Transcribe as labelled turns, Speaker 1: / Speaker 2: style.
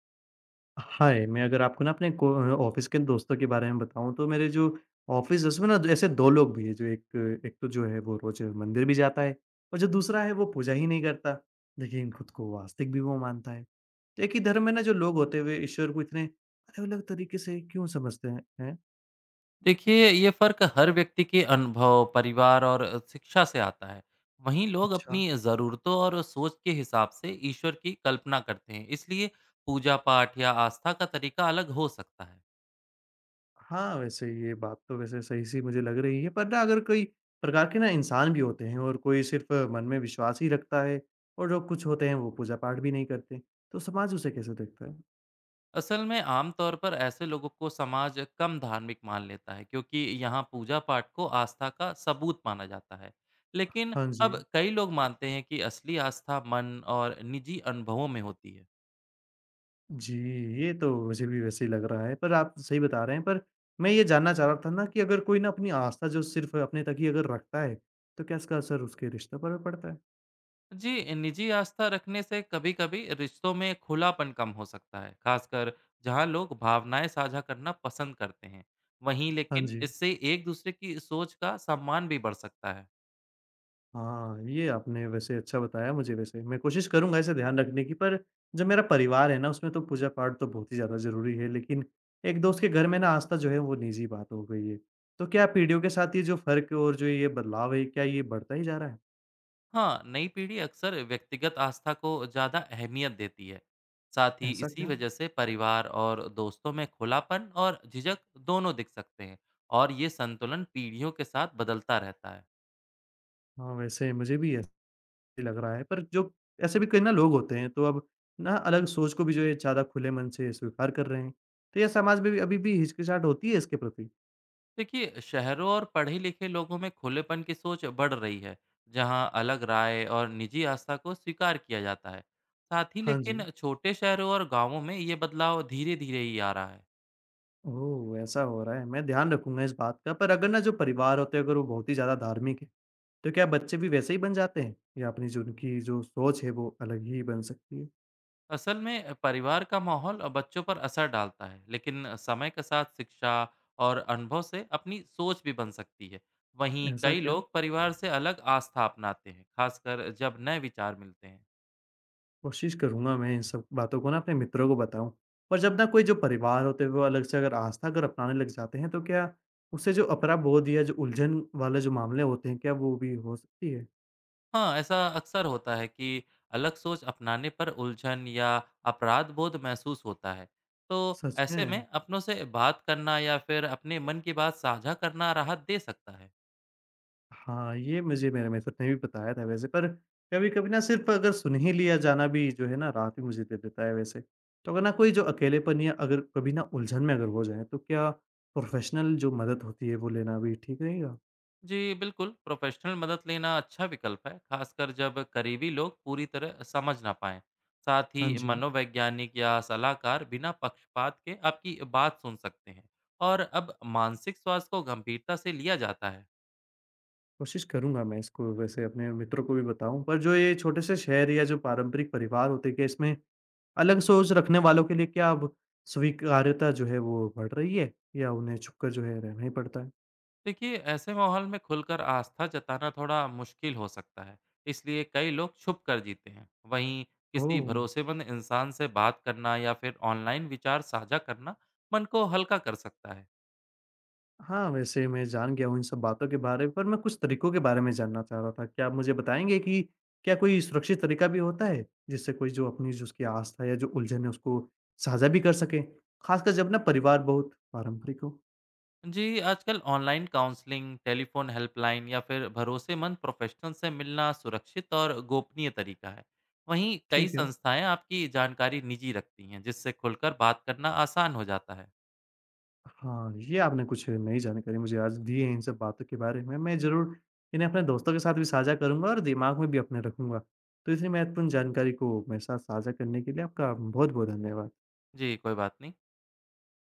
Speaker 1: हाय, मैं अगर आपको ना अपने को ऑफ़िस के दोस्तों के बारे में बताऊँ, तो मेरे जो ऑफ़िस, उसमें ना ऐसे 2 लोग भी हैं। जो एक एक तो जो है वो रोज़ मंदिर भी जाता है, और जो दूसरा है वो पूजा ही नहीं करता। लेकिन खुद को वास्तविक भी वो मानता है। तो एक ही धर्म में ना जो लोग होते हुए, ईश्वर को इतने अलग-अलग तरीके से क्यों समझते हैं?
Speaker 2: देखिए ये फ़र्क हर व्यक्ति के अनुभव, परिवार और शिक्षा से आता है। वहीं लोग
Speaker 1: अच्छा।
Speaker 2: अपनी ज़रूरतों और सोच के हिसाब से ईश्वर की कल्पना करते हैं। इसलिए पूजा पाठ या आस्था का तरीका अलग हो सकता है।
Speaker 1: हाँ, वैसे ये बात तो वैसे सही-सी मुझे लग रही है, पर ना अगर कोई प्रकार के ना इंसान भी होते हैं, और कोई सिर्फ़ मन में विश्वास ही रखता है, और जो कुछ होते हैं वो पूजा-पाठ भी नहीं करते, तो समाज उसे कैसे देखता है?
Speaker 2: असल में आमतौर पर ऐसे लोगों को समाज कम धार्मिक मान लेता है क्योंकि यहाँ पूजा पाठ को आस्था का सबूत माना जाता है। लेकिन
Speaker 1: हाँ जी।
Speaker 2: अब कई लोग मानते हैं कि असली आस्था मन और निजी अनुभवों में होती है।
Speaker 1: जी, ये तो मुझे भी वैसे ही लग रहा है, पर आप सही बता रहे हैं। पर मैं ये जानना चाह रहा था ना, कि अगर कोई ना अपनी आस्था जो सिर्फ़ अपने तक ही अगर रखता है, तो क्या इसका असर उसके रिश्तों पर भी पड़ता है?
Speaker 2: जी निजी आस्था रखने से कभी कभी रिश्तों में खुलापन कम हो सकता है, खासकर जहां लोग भावनाएं साझा करना पसंद करते हैं। वहीं
Speaker 1: हाँ
Speaker 2: लेकिन
Speaker 1: जी।
Speaker 2: इससे एक दूसरे की सोच का सम्मान भी बढ़ सकता है।
Speaker 1: हाँ, ये आपने वैसे अच्छा बताया मुझे वैसे। मैं कोशिश करूँगा ऐसे ध्यान रखने की। पर जो मेरा परिवार है ना, उसमें तो पूजा-पाठ तो बहुत ही ज़्यादा ज़रूरी है, लेकिन एक दोस्त के घर में ना आस्था जो है, वो निजी बात हो गई है। तो क्या पीढ़ियों के साथ ये जो फ़र्क और जो ये बदलाव है, क्या ये बढ़ता ही जा रहा है?
Speaker 2: हाँ, नई पीढ़ी अक्सर व्यक्तिगत आस्था को ज़्यादा अहमियत देती है। साथ ही
Speaker 1: ऐसा
Speaker 2: इसी
Speaker 1: क्या?
Speaker 2: वजह से परिवार और दोस्तों में खुलापन और झिझक दोनों दिख सकते हैं। और ये संतुलन पीढ़ियों के साथ बदलता रहता है।
Speaker 1: हाँ, वैसे मुझे भी ऐसा ही लग रहा है। पर जो ऐसे भी कई ना लोग होते हैं, तो अब ना अलग सोच को भी जो है ज़्यादा खुले मन से स्वीकार कर रहे हैं। तो ये समाज में भी अभी भी हिचकिचाहट होती है इसके प्रति?
Speaker 2: देखिए शहरों और पढ़े लिखे लोगों में खुलेपन की सोच बढ़ रही है, जहां अलग राय और निजी आस्था को स्वीकार किया जाता है। साथ ही
Speaker 1: हाँ जी।
Speaker 2: लेकिन छोटे शहरों और गांवों में ये बदलाव धीरे धीरे ही आ रहा है।
Speaker 1: ओह! ऐसा हो रहा है, मैं ध्यान रखूँगा इस बात का। पर अगर ना जो परिवार होते हैं, अगर वो बहुत ही ज़्यादा धार्मिक है, तो क्या बच्चे भी वैसे ही बन जाते हैं? या अपनी जो उनकी जो सोच है, वो अलग ही बन सकती है?
Speaker 2: असल में परिवार का माहौल बच्चों पर असर डालता है, लेकिन समय के साथ शिक्षा और अनुभव से अपनी सोच भी बन सकती है। वहीं
Speaker 1: ऐसा
Speaker 2: कई
Speaker 1: क्या?
Speaker 2: लोग परिवार से अलग आस्था अपनाते हैं, खासकर जब नए विचार मिलते हैं।
Speaker 1: कोशिश करूँगा मैं इन सब बातों को ना अपने मित्रों को बताऊँ। पर जब ना कोई जो परिवार होते हैं, वो अलग से अगर आस्था अगर अपनाने लग जाते हैं, तो क्या उससे जो अपराध बोध या जो उलझन वाले जो मामले होते हैं, क्या वो भी हो सकती है?
Speaker 2: हाँ, ऐसा अक्सर होता है कि अलग सोच अपनाने पर उलझन या अपराध बोध महसूस होता है। तो
Speaker 1: सच
Speaker 2: ऐसे में
Speaker 1: में?
Speaker 2: अपनों से बात करना या फिर अपने मन की बात साझा करना राहत दे सकता है।
Speaker 1: हाँ, ये मुझे मेरे मित्र ने भी बताया था वैसे। पर कभी-कभी ना, सिर्फ़ अगर सुन ही लिया जाना भी जो है ना, राहत भी मुझे दे देता है वैसे। तो अगर ना कोई जो अकेलेपन या अगर कभी ना उलझन में अगर हो जाए, तो क्या प्रोफ़ेशनल जो मदद होती है वो लेना भी ठीक रहेगा?
Speaker 2: जी बिल्कुल, प्रोफेशनल मदद लेना अच्छा विकल्प है, खासकर जब करीबी लोग पूरी तरह समझ ना पाएं। साथ ही
Speaker 1: हाँ जी।
Speaker 2: मनोवैज्ञानिक या सलाहकार बिना पक्षपात के आपकी बात सुन सकते हैं। और अब मानसिक स्वास्थ्य को गंभीरता से लिया जाता है।
Speaker 1: कोशिश करूँगा मैं इसको वैसे अपने मित्रों को भी बताऊँ। पर जो ये छोटे से शहर या जो पारंपरिक परिवार होते हैं, क्या इसमें अलग सोच रखने वालों के लिए क्या अब स्वीकार्यता जो है वो बढ़ रही है, या उन्हें छुपकर जो है रहना ही पड़ता है?
Speaker 2: देखिए ऐसे माहौल में खुलकर आस्था जताना थोड़ा मुश्किल हो सकता है। इसलिए कई लोग छुप कर जीते हैं। वहीं किसी
Speaker 1: ओह!
Speaker 2: भरोसेमंद इंसान से बात करना या फिर ऑनलाइन विचार साझा करना मन को हल्का कर सकता है।
Speaker 1: हाँ, वैसे मैं जान गया हूँ इन सब बातों के बारे में। पर मैं कुछ तरीकों के बारे में जानना चाह रहा था। क्या आप मुझे बताएँगे कि क्या कोई सुरक्षित तरीका भी होता है, जिससे कोई जो अपनी जो उसकी आस्था या जो उलझन है, उसको साझा भी कर सके? ख़ासकर जब ना परिवार बहुत पारंपरिक हो।
Speaker 2: जी आजकल ऑनलाइन काउंसलिंग, टेलीफोन हेल्पलाइन या फिर भरोसेमंद प्रोफेशनल से मिलना सुरक्षित और गोपनीय तरीका है। वहीं कई
Speaker 1: ठीक है।
Speaker 2: संस्थाएं आपकी जानकारी निजी रखती हैं, जिससे खुलकर बात करना आसान हो जाता है।
Speaker 1: हाँ, ये आपने कुछ नई जानकारी मुझे आज दी है इन सब बातों के बारे में। मैं ज़रूर इन्हें अपने दोस्तों के साथ भी साझा करूँगा और दिमाग में भी अपने रखूँगा। तो इतनी महत्वपूर्ण जानकारी को मेरे साथ साझा करने के लिए आपका बहुत-बहुत धन्यवाद।
Speaker 2: जी कोई बात नहीं।